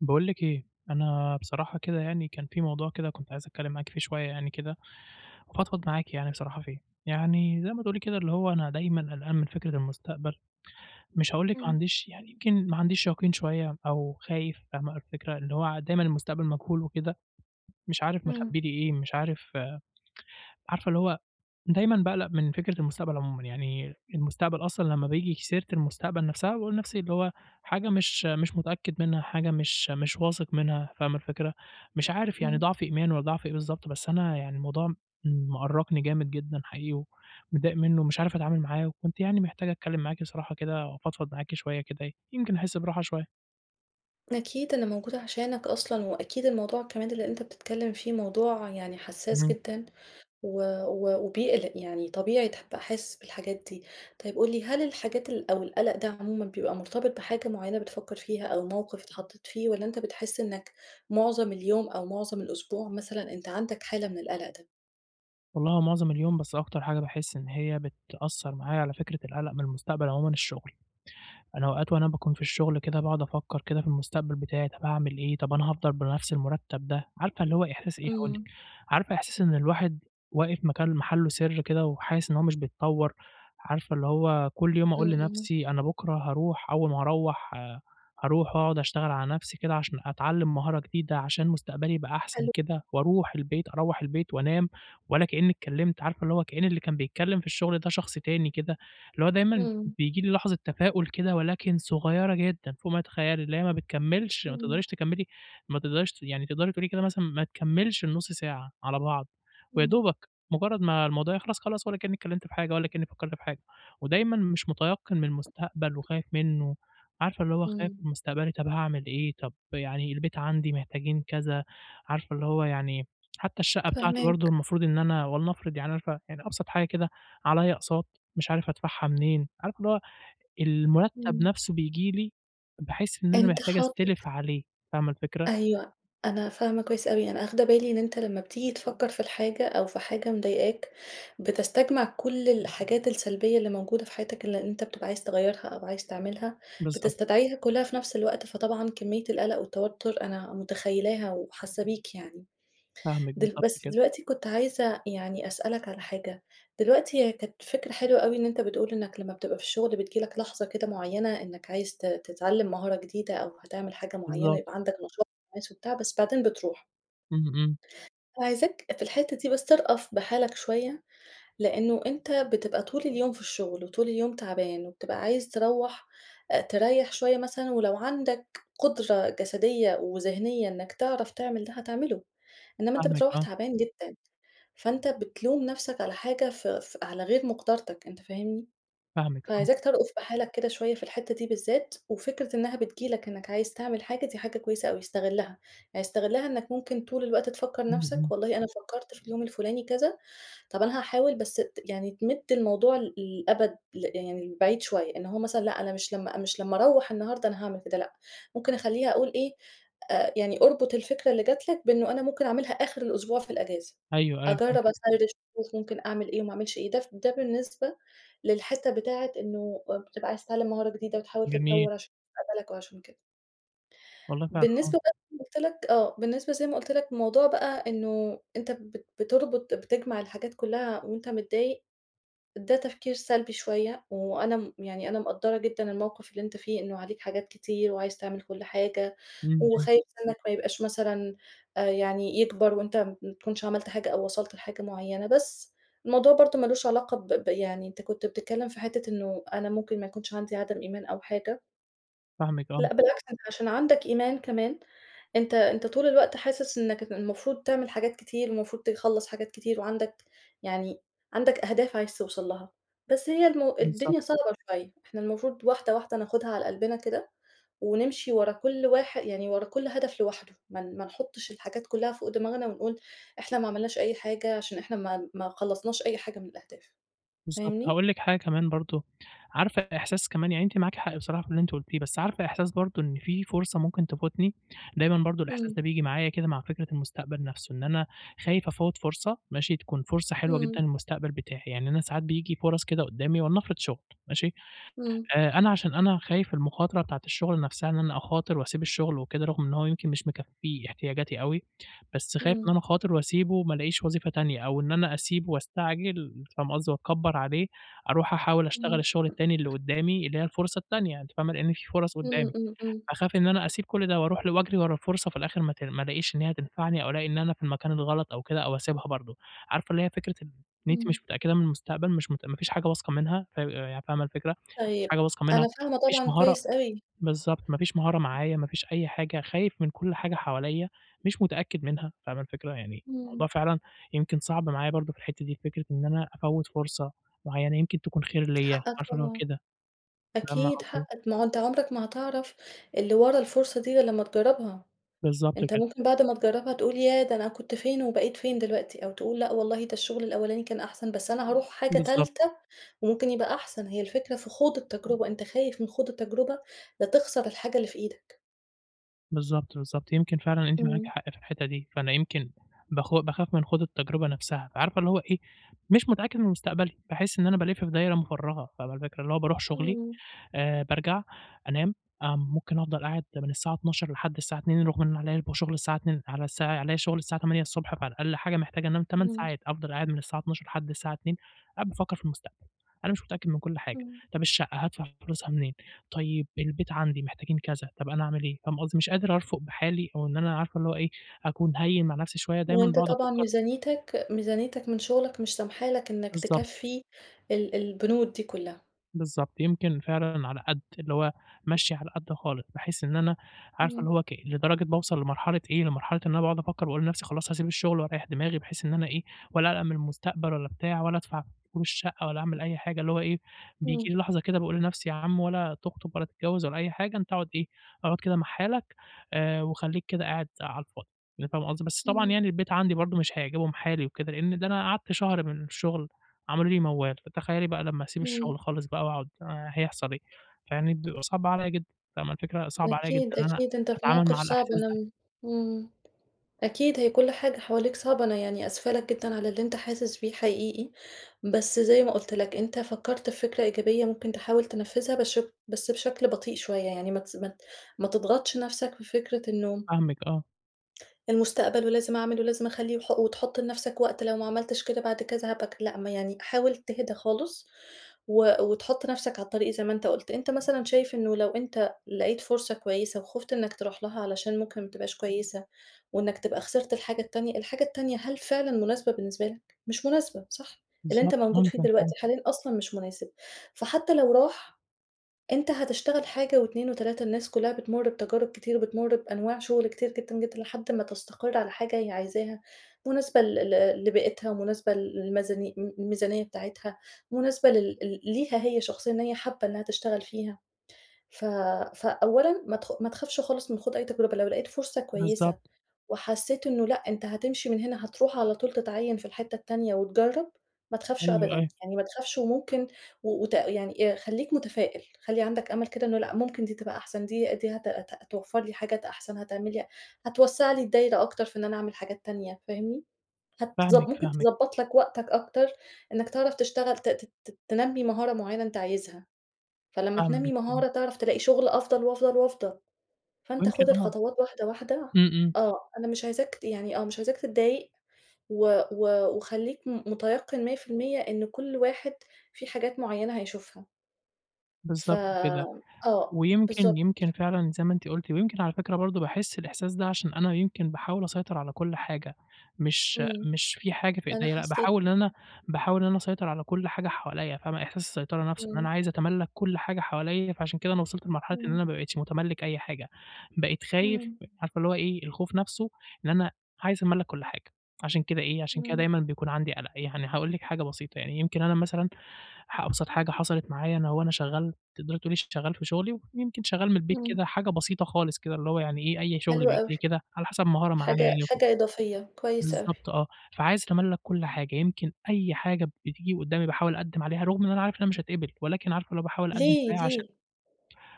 باقول لِك إيه، أنا بصراحة كده يعني كان في موضوع كده كنت عايز أتكلّم معاكِ فيه شوية يعني كده، وأفضفض معاكِ يعني بصراحة فيه. يعني زي ما تقولي كده اللي هو أنا دايمًا قلقان من فكرة المستقبل، مش هاقول لِك ما إمم، عنديش يعني يمكن ما عنديش يقين شوية أو خايف، فاهمة الفكرة؟ اللي هو دايمًا المستقبل مجهول وكده، مش عارف إمم، مخبّي لي إيه، مش عارف عارفة اللي هو دايمًا باقلق من فكرة المستقبل عمومًا، يعني المستقبل أصلًا لمّا بايجي سيرة المستقبل نفسها باقول لنفسي اللي هو حاجة مش متأكد منها، حاجة مش واثق منها، فاهمة الفكرة؟ مش عارف يعني إمم. ضعف إيمان والّا ضعف إيه بالضبط، بس أنا يعني الموضوع مأرّقني جامد جدًا حقيقي ومتضايق منه، مش عارف أتعامل معاه، وكنت يعني محتاج أتكلم معاكِ بصراحة كده وأفضفض معاكِ شوية كده يمكن أحس براحة شوية. أكيد أنا موجودة عشانك أصلًا، وأكيد الموضوع كمان اللي أنت بتتكلم فيه موضوع يعني حساس اهم. جدًا و و وبيقلق، يعني طبيعي تبقى حاسس بالحاجات دي. طيب قُل لي هل الحاجات أو القلق ده عمومًا بيبقى مرتبط بحاجة معينة بتفكّر فيها أو موقف اتحطيت فيه، والّا أنت بتحس إنك معظم اليوم أو معظم الأسبوع مثلًا أنت عندك حالة من القلق ده؟ والله هو معظم اليوم، بس أكتر حاجة باحس إن هي بتأثّر معايا على فكرة القلق من المستقبل عمومًا الشغل. أنا أوقات وأنا باكون في الشغل كده باقعد أفكّر كده في المستقبل بتاعي، طَب هاعمل إيه، طَب أنا هافضل بنفْس المرتّب ده، عارفة اللي هو إحساس إيه هاقول لِك، إمم، عارفة إحساس إن الواحد واقف مكان محله سِر كده وحاسس إن هو مش بيتطوّر، عارفة اللي هو كل يوم إمم، أقول إمم، لنفْسي أنا بُكرة هاروح أول ما هاروّح هاروح وأقعد أشتغل على نفْسي كده عشان أتعلّم مهارة جديدة عشان مستقبلي يبقى أحسن حلو. كده، وأروح البيت أروّح البيت وأنام ولا كإنّي اتكلّمت، عارفة اللي هو كإن اللي كان بيتكلّم في الشغل ده شخص تاني كده، اللي هو دايمًا إمم، بييجي لي لحظة تفاؤل كده ولكن صغيّرة جدًا فوق ما تتخيّلي، اللي هي ما بتكمّلش ما إمم، تقدريش تكمّلي ما تقدريش ت يعني تقدري تقولي كده مثلًا ما تكمّلش النُص ساعة على بعض، ويا إمم، دوبك مجرّد ما الموضوع يخلص خلاص ولا كإنِّك اتكلّمتِ في حاجة ولا كإنِّي فكّرتِ في حاجة، ودايمًا مش مُتيقِّن من المستقبل وخايف منّه، عارفة اللي هو خايف إمم، من مستقبلي طَب هاعمل إيه، طَب يعني البيت عندي محتاجين كذا، عارفة اللي هو يعني حتّى الشقة بتاعتي برضه فاهماك، المفروض إن أنا ولنفرض يعني عارفة يعني أبسط حاجة كده عليّا أقساط، مش عارف أدفعها منين، عارفة اللي هو المرتّب إمم. نَفْسه بييجي لي باحس إن أنا أنت محتاج حاطط أستلف عليه، فاهمة الفكرة؟ أيوه، أنا فاهمة كويس أوي، أنا آخدة بالي إن أنت لمّا بتيجي تفكّر في الحاجة أو في حاجة مضايقاك، بتستجمع كل الحاجات السلبية اللي موجودة في حياتك اللي أنت بتبقى عايز تغيّرها أو عايز تعملها، بالضبط، بتستدعيها كلّها في نفْس الوقت، فطبعًا كمية القلق والتوتر أنا متخيّلاها وحاسة بيك يعني. فاهمِك دل بالضبط بس كده، دلوقتي كنت عايزة يعني أسألك على حاجة، دلوقتي هي كانت فكرة حلوة أوي إن أنت بتقول إنك لمّا بتبقى في الشغل بتيجي لك لحظة كده معيّنة إنك عايز تتعلم مهارة جديدة أو هتعمل حاجة معيّنة بالضبط، يبقى عندك نشاط وحماس وبتاع، بس بعدين بتروح. إمم، إمم، عايزاك في الحتة دي بس ترأف بحالك شوية، لإنه أنت بتبقى طول اليوم في الشغل وطول اليوم تعبان وبتبقى عايز تروّح تريّح شوية مثلًا ولو عندك قدرة جسدية وذهنية إنك تعرف تعمل ده هتعمله، إنما أنت فاهمِك بتروّح آه، تعبان جدًا. فأنت بتلوم نَفْسك على حاجة ف ف على غير مقدرتك، أنت فاهمني؟ فاهمِك آه، فعايزاك ترأف بحالك كده شوية في الحتّة دي بالذات، وفكرة إنّها بتيجي لك إنّك عايز تعمل حاجة دي حاجة كويسة أوي، استغلّها، يعني استغلّها إنّك ممكن طول الوقت تفكّر إمم، إمم، نَفْسك والله أنا فكّرت في اليوم الفلاني كذا. طب أنا هاحاول بس ت يعني تمِد الموضوع ل للأبد ل يعني لبعيد شوية، إن هو مثلًا لأ أنا مش لمّا أروّح النهارده أنا هاعمل كده لأ، ممكن أخلّيها أقول إيه، يعني اربط الفكرة اللي جات لك بإنه أنا ممكن أعملها آخر الأسبوع في الأجازة، أيوه، أيوه أجرّب فهمتِك، أسرِّش وأشوف ممكن أعمل إيه وما أعملش إيه، ده بالنسبة للحتّة بتاعة إنه بتبقى عايز تتعلّم مهارة جديدة وتحاول جميل، تتطوّر عشان مستقبلك وعشان كده. والله فعلًا آه، بالنسبة بقى زي ما قُلت لك آه، بالنسبة زي ما قُلت لك الموضوع بقى إنه أنت بتربط بتجمع الحاجات كلّها وأنت متضايق، ده تفكير سلبي شوية، وأنا م يعني أنا مقدّرة جدًا الموقف اللي أنت فيه، إنه عليك حاجات كتير وعايز تعمل كل حاجة، إمم، إمم، وخايف سنّك ما يبقاش مثلًا يعني يكبر وأنت ما تكونش عملت حاجة أو وصلت لحاجة معيّنة، بس الموضوع برضه ما لوش علاقة ب يعني أنت كنت بتتكلّم في حتّة إنه أنا ممكن ما يكونش عندي عدم إيمان أو حاجة. فاهمِك آه، لأ بالعكس أنت عشان عندك إيمان كمان، أنت طول الوقت حاسس إنك المفروض تعمل حاجات كتير، والمفروض تخلّص حاجات كتير، وعندك يعني عندك أهداف عايز توصل لها، بس هي بالضبط. الدنيا صعبة شوية، إحنا المفروض واحدة واحدة ناخدها على قلبنا كده، ونمشي ورا كل واحد يعني ورا كل هدف لوحده، ما نحطش الحاجات كلها فوق دماغنا ونقول إحنا ما عملناش أي حاجة عشان إحنا ما خلصناش أي حاجة من الأهداف، بالضبط، فاهمني؟ هاقول لِك حاجة كمان برضه، عارفة إحساس كمان يعني أنتِ معاكِ حق بصراحة في اللي أنتِ قُلتيه، بس عارفة إحساس برضه إن في فرصة ممكن تفوتني، دايمًا برضه الإحساس إمم، ده بييجي معايا كده مع فكرة المستقبل نفسه، إن أنا خايف أفوّت فرصة ماشي، تكون فرصة حلوة جدًا إمم، للمستقبل بتاعي، يعني أنا ساعات بييجي فرص كده قدّامي ولنفرض شغل ماشي، إمم، أنا عشان أنا خايف المخاطرة بتاعة الشغل نفسها، إن أنا أخاطر وأسيب الشغل وكده، رغم إن هو يمكن مش مكفّي احتياجاتي أوي، بس خايف إن إمم، أنا أخاطر وأسيبه وما الاقيش وظيفة تانية، أو إن أنا أسيبه واستعجل فاهم قصدي، وأتكبّر عليه، أروح أحاول أشتغل إمم، الشغل التاني اللي قدّامي اللي هي الفرصة التانية، أنتِ فاهمة، لإن في فرص إمم، قدّامي. إمم، باخاف إن أنا أسيب كل ده وأروح وأجري ورا الفرصة في الآخر ما ألاقيش إن هي هتنفعني أو ألاقي إن أنا في المكان الغلط أو كده أو أسيبها برضه. عارفة اللي هي فكرة إن أنتِ إمم. مش متأكدة من المستقبل، مش مت ما فيش حاجة واثقة منها، يعني فاهمة الفكرة؟ ما فيش طيب، حاجة واثقة منها، أنا فاهمة ما فيش طبعًا مهارة كويس أوي. بالضبط، ما فيش مهارة معايا، ما فيش أي حاجة، خايف من كل حاجة حواليّا مش متأكد منها، فاهمة الفكرة؟ يعني الموضوع إمم. فعلًا يمكن صعب معايا برضه في الحتّة دي، فكرة إن أنا أفوّت فرصة معيّنة يمكن تكون خير ليّا، حقك عارفة اللي هو طبعًا، كده، فاهمة أكيد قصدي؟ حقك، ما هو أنت عمرك ما هتعرف اللي ورا الفرصة دي غير لمّا تجرّبها، بالضبط أنت كده، ممكن بعد ما تجرّبها تقول ياه! ده أنا كنت فين وبقيت فين دلوقتي، أو تقول لأ والله ده الشغل الأولاني كان أحسن، بس أنا هاروح حاجة بالضبط. تالتة وممكن يبقى أحسن، هي الفكرة في خوض التجربة، أنت خايف من خوض التجربة، لا تخسر الحاجة اللي في إيدك. بالضبط، بالضبط، يمكن فعلًا أنتِ معاكِ إمم، حق في الحتّة دي، فأنا يمكن باخاف من خوض التجربة نفْسها، فعارفة اللي هو إيه، مش متأكد من مستقبلي، باحس إن أنا بالِف في دايرة مفرّغة، فاهمة الفكرة؟ اللي هو باروح شغلي إمم، بارجع أنام، ممكن أفضل قاعد من الساعة 12:00 لحد الساعة 2:00 رغم إن عليّا بيبقى شغل الساعة 2:00 على الساعة عليّا شغل الساعة 8:00 ص فعلى الأقل حاجة محتاج أنام 8 إمم، ساعات، أفضل قاعد من الساعة 12:00 لحد الساعة 2:00 قاعد بافكّر في المستقبل، أنا مش متأكد من كل حاجة، إمم. طَب الشقة هادفع فلوسها منين، طيب البيت عندي محتاجين كذا، طَب أنا أعمل إيه، فاهم قصدي؟ مش قادر أرفُق بحالي أو إن أنا عارفة اللي هو إيه، أكون هيّن مع نفسي شوية، دايمًا وأنت باقعد طبعًا أفكّر ميزانيتك من شغلك مش سامحة لك إنك بالضبط. تكفّي البنود دي كلّها. بالضبط، يمكن فعلًا على قد، اللي هو ماشية على قد خالص، بحيث إن أنا عارفة إمم، اللي هو لدرجة باوصل لمرحلة إيه، لمرحلة إن أنا باقعد أفكّر وأقول لنفسي خلاص هاسيب الشغل وأريّح دماغي، بحيث إن أنا إيه، ولا أقلق من المستقبل ولا بتاع ولا أدفع فلوس شقة ولا أعمل أي حاجة، اللي هو إيه، بييجي إمم، لي لحظة كده باقول لنفسي يا عم ولا تخطب ولا تتجوّز ولا أي حاجة، أنت اقعد إيه، اقعد كده مع حالك وخلّيك كده قاعد على الفاضي، يعني فاهم قصدي؟ بس طبعًا إمم، يعني البيت عندي برضه مش هيعجبهم حالي وكده، لإن ده أنا قعدت شهر من الشغل عملوا لي موال، فتخيّلي بقى لمّا أسيب إمم. الشغل خالص بقى وأقعد هيحصل إيه؟ فيعني بيبقى صعب عليّا جدًا، فاهمة الفكرة؟ صعب عليّا جدًا أكيد، إن أنا أكيد أنت في أتعامل موقف مع صعب الإحساس أنا ده، م إمم، أكيد هي كل حاجة حواليك صعبة، أنا يعني آسفة لك جدًا على اللي أنت حاسس بيه حقيقي، بس زي ما قُلت لك أنت فكّرت في فكرة إيجابية ممكن تحاول تنفّذها بس بشكل بطيء شوية، يعني ما تس ما ت ما تضغطش نَفْسك في فكرة إنه فاهمِك آه، المستقبل ولازم أعمل ولازم أخلّيه وتحُط لنَفْسك وقت لو ما عملتش كده بعد كذا هابقى ك لأ، ما يعني حاول تهدى خالص وتحُط نَفْسك على الطريق زي ما أنت قُلت. أنت مثلًا شايف إنه لو أنت لقيت فرصة كويسة وخُفت إنّك تروح لها علشان ممكن ما تبقاش كويسة وإنّك تبقى خسرت الحاجة التانية، الحاجة التانية هل فعلًا مناسبة بالنسبة لك؟ مش مناسبة، صح؟ اللي بالضبط، أنت موجود فيه ممكن فعلًا، دلوقتي حاليًا أصلًا مش مناسب، فحتى لو راح أنت هتشتغل حاجة و2 و3، الناس كلّها بتمُر بتجارب كتير، بتمُر بأنواع شغل كتير جدًا، جدًا، لحد ما تستقر على حاجة هي عايزاها، مناسبة ل ل لبيئتها ومناسبة الميزانية بتاعتها، مناسبة لل ل ليها هي شخصيًا إن هي حابة إنها تشتغل فيها. ف فأولًا ما تخافش خالص من خوض أي تجربة، لو لقيت فرصة كويسة بالضبط، وحسيت إنه لأ، أنت هتمشي من هنا هتروح على طول تتعيّن في الحتّة التانية وتجرّب، ما تخافش أيوه، أبدًا، أيوه، يعني ما تخافش وممكن و وت يعني خلّيك متفائل، خلّي عندك أمل كده إنه لأ، ممكن دي تبقى أحسن، دي دي هت هت هتوفّر لي حاجات أحسن، هتعمل لي هتوسّع لي الدايرة أكتر في إن أنا أعمل حاجات تانية، فاهمني؟ فاهمِك، ممكن فاهمِك، تضبّط لك وقتك أكتر، إنّك تعرف تشتغل ت ت ت تنمّي مهارة معيّنة أنت عايزها، فلمّا فاهمِك، تنمّي فاهمِك، مهارة تعرف تلاقي شغل أفضل وأفضل وأفضل. فأنت ويمكن خُد آه، الخطوات واحدة، واحدة إمم، إمم، آه. أنا مش عايزاك ت يعني آه، مش عايزاك تتضايق و و وخلّيك مُتيقِّن 100% إن كل واحد في حاجات معيّنة هيشوفها. ف بالضبط كده. آه، ويمكن بالضبط. يمكن فعلًا زي ما أنتِ قُلتِ، ويمكن على فكرة برضه باحس الإحساس ده عشان أنا يمكن باحاول أسيطر على كل حاجة، مش إمم. مش في حاجة في أنا إيديّا، لأ حسّيت باحاول إن أنا باحاول إن أنا أسيطر على كل حاجة حواليّا، فاهمة، إحساس السيطرة نفْسه، إن أنا إمم. عايز أتملّك كل حاجة حواليّا، فعشان كده أنا وصلت لمرحلة إن إمم. أنا ما بقيتش متملّك أي حاجة، بقيت خايف إمم. عارفة اللي هو إيه، الخوف نفْسه إن أنا عايز أتملّك كل حاجة، عشان كده إيه، عشان كده إمم. دايمًا بيكون عندي قلق. يعني هاقول لِك حاجة بسيطة، يعني يمكن أنا مثلًا أبسط حاجة حصلت معايا أنا وأنا شغّال تقدري تقولي شغّال في شغلي، ويمكن شغّال من البيت إمم. كده حاجة بسيطة خالص كده، اللي هو يعني إيه، أي شغل حلو بييجي أوي. لي كده على حسب مهارة معايا حاجة يعني وكده. حاجة إضافية، كويس أوي. بالضبط آه، فعايز أتملّك كل حاجة، يمكن أي حاجة بتيجي قدّامي باحاول أقدّم عليها، رغم إن أنا عارف إن أنا مش هاتقبل، ولكن عارفة اللي هو باحاول أقدّم ليه، عليها عشان ليه،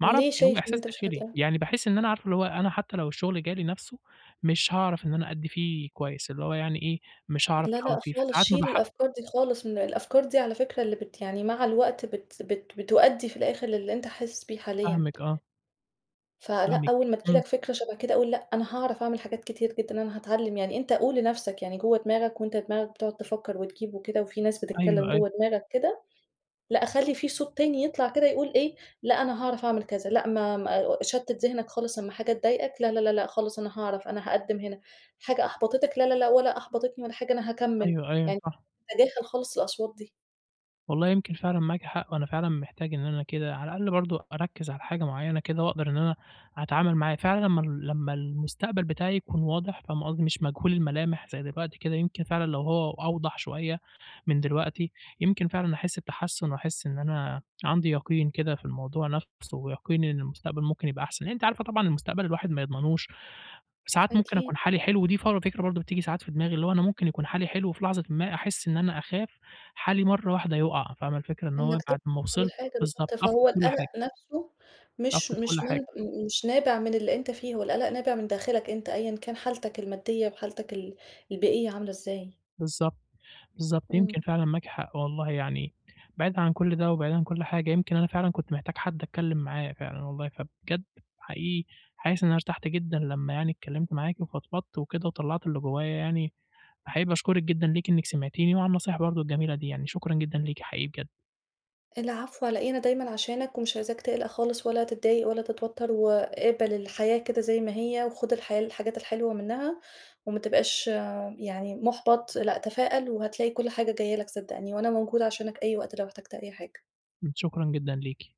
ما ليه أعرفش هو شايف إن إحساس أنت مش داخلي، هتتضايق؟ يعني باحس إن أنا عارفة اللي هو أنا حتى لو الشغل جالي نَفْسه مش هاعرف إن أنا أدّي فيه كويس، اللي هو يعني إيه، مش هاعرف لا، لأ أحاول فيه، خالص، فساعات ما شيلي باح الأفكار دي خالص من الأفكار دي على فكرة اللي بت يعني مع الوقت بت بت بتؤدّي في الآخر للي أنت حاسس بيه حاليًا، فاهمِك آه، فلأ فاهمِك، أول ما تيجي إمم، لك فكرة شبه كده قُل لأ أنا هاعرف أعمل حاجات كتير جدًا، أنا هاتعلّم يعني أنت قُل لنَفْسك يعني جوّه دماغك وأنت دماغك بتقعد تفكّر وتجيب وكده وفي ناس أيوه، بتتكلّم أيوه، جوّه دماغك كده لأ، أخلّي في صوت تاني يطلع كده يقول إيه، لأ أنا هاعرف أعمل كذا، لأ ما شتِّت ذهنك خالص أمّا حاجة تضايقك، لا، لا، لا، لأ خالص أنا هاعرف، أنا هاقدّم هنا، حاجة أحبطتك، لا، لا، لأ ولا أحبطتني ولا حاجة أنا هاكمّل، أيوه، أيوه يعني صح. تتجاهل خالص الأصوات دي. والله يمكن فعلًا معاكِ حق، وأنا فعلًا محتاج إن أنا كده على الأقل برضه أركّز على حاجة معيّنة كده وأقدر إن أنا أتعامل معاه، فعلًا لمّا لمّا المستقبل بتاعي يكون واضح فاهم قصدي، مش مجهول الملامح زي دلوقتي كده، يمكن فعلًا لو هو أوضح شوية من دلوقتي، يمكن فعلًا أحس بتحسُّن وأحس إن أنا عندي يقين كده في الموضوع نَفْسه، ويقين إن المستقبل ممكن يبقى أحسن، لإن أنتِ عارفة طبعًا المستقبل الواحد ما يضمنوش، ساعات ممكن أكون أكيد، حالي حلو، ودي فكرة برضه بتيجي ساعات في دماغي، اللي هو أنا ممكن يكون حالي حلو وفي لحظةٍ ما أحس إن أنا أخاف حالي مرّة واحدة يُقع، فاهمة الفكرة؟ إن هو إنّك تفهم بعد ما كل وصلت حاجة بالضبط، بالضبط، أفقد فهو كل القلق حاجة، نَفْسه مش أفقد كل مش حاجة، من مش نابع من اللي أنت فيه، هو القلق نابع من داخلك أنت أيًا كان حالتك المادية وحالتك البيئية عاملة إزاي. بالضبط، بالضبط، إمم. يمكن فعلًا معاكِ حق والله يعني، بعيدًا عن كل ده وبعيدًا عن كل حاجة، يمكن أنا فعلًا كنت محتاج حد أتكلم معاه فعلًا والله، فبجد حقيقي حاسس إن أنا ارتحت جدًا لمّا يعني اتكلمت معاكِ وفضفضت وكده وطلّعت اللي جوايا يعني، فحقيقي باشكرِك جدًا ليكِ إنِّك سمعتيني وعلى النصايح برضه الجميلة دي يعني، شكرًا جدًا ليكِ حقيقي بجد. العفو على إيه، أنا دايمًا عشانك ومش عايزاك تقلق خالص ولا تتضايق ولا تتوتر، وقابل الحياة كده زي ما هي وخُد الحياة الحاجات الحلوة منها، وما تبقاش يعني مُحبَط، لأ تفائل وهتلاقي كل حاجة جاية لك صدّقني، وأنا موجودة عشانك أي وقت لو احتجت أي حاجة. شكرًا جدًا ليكِ.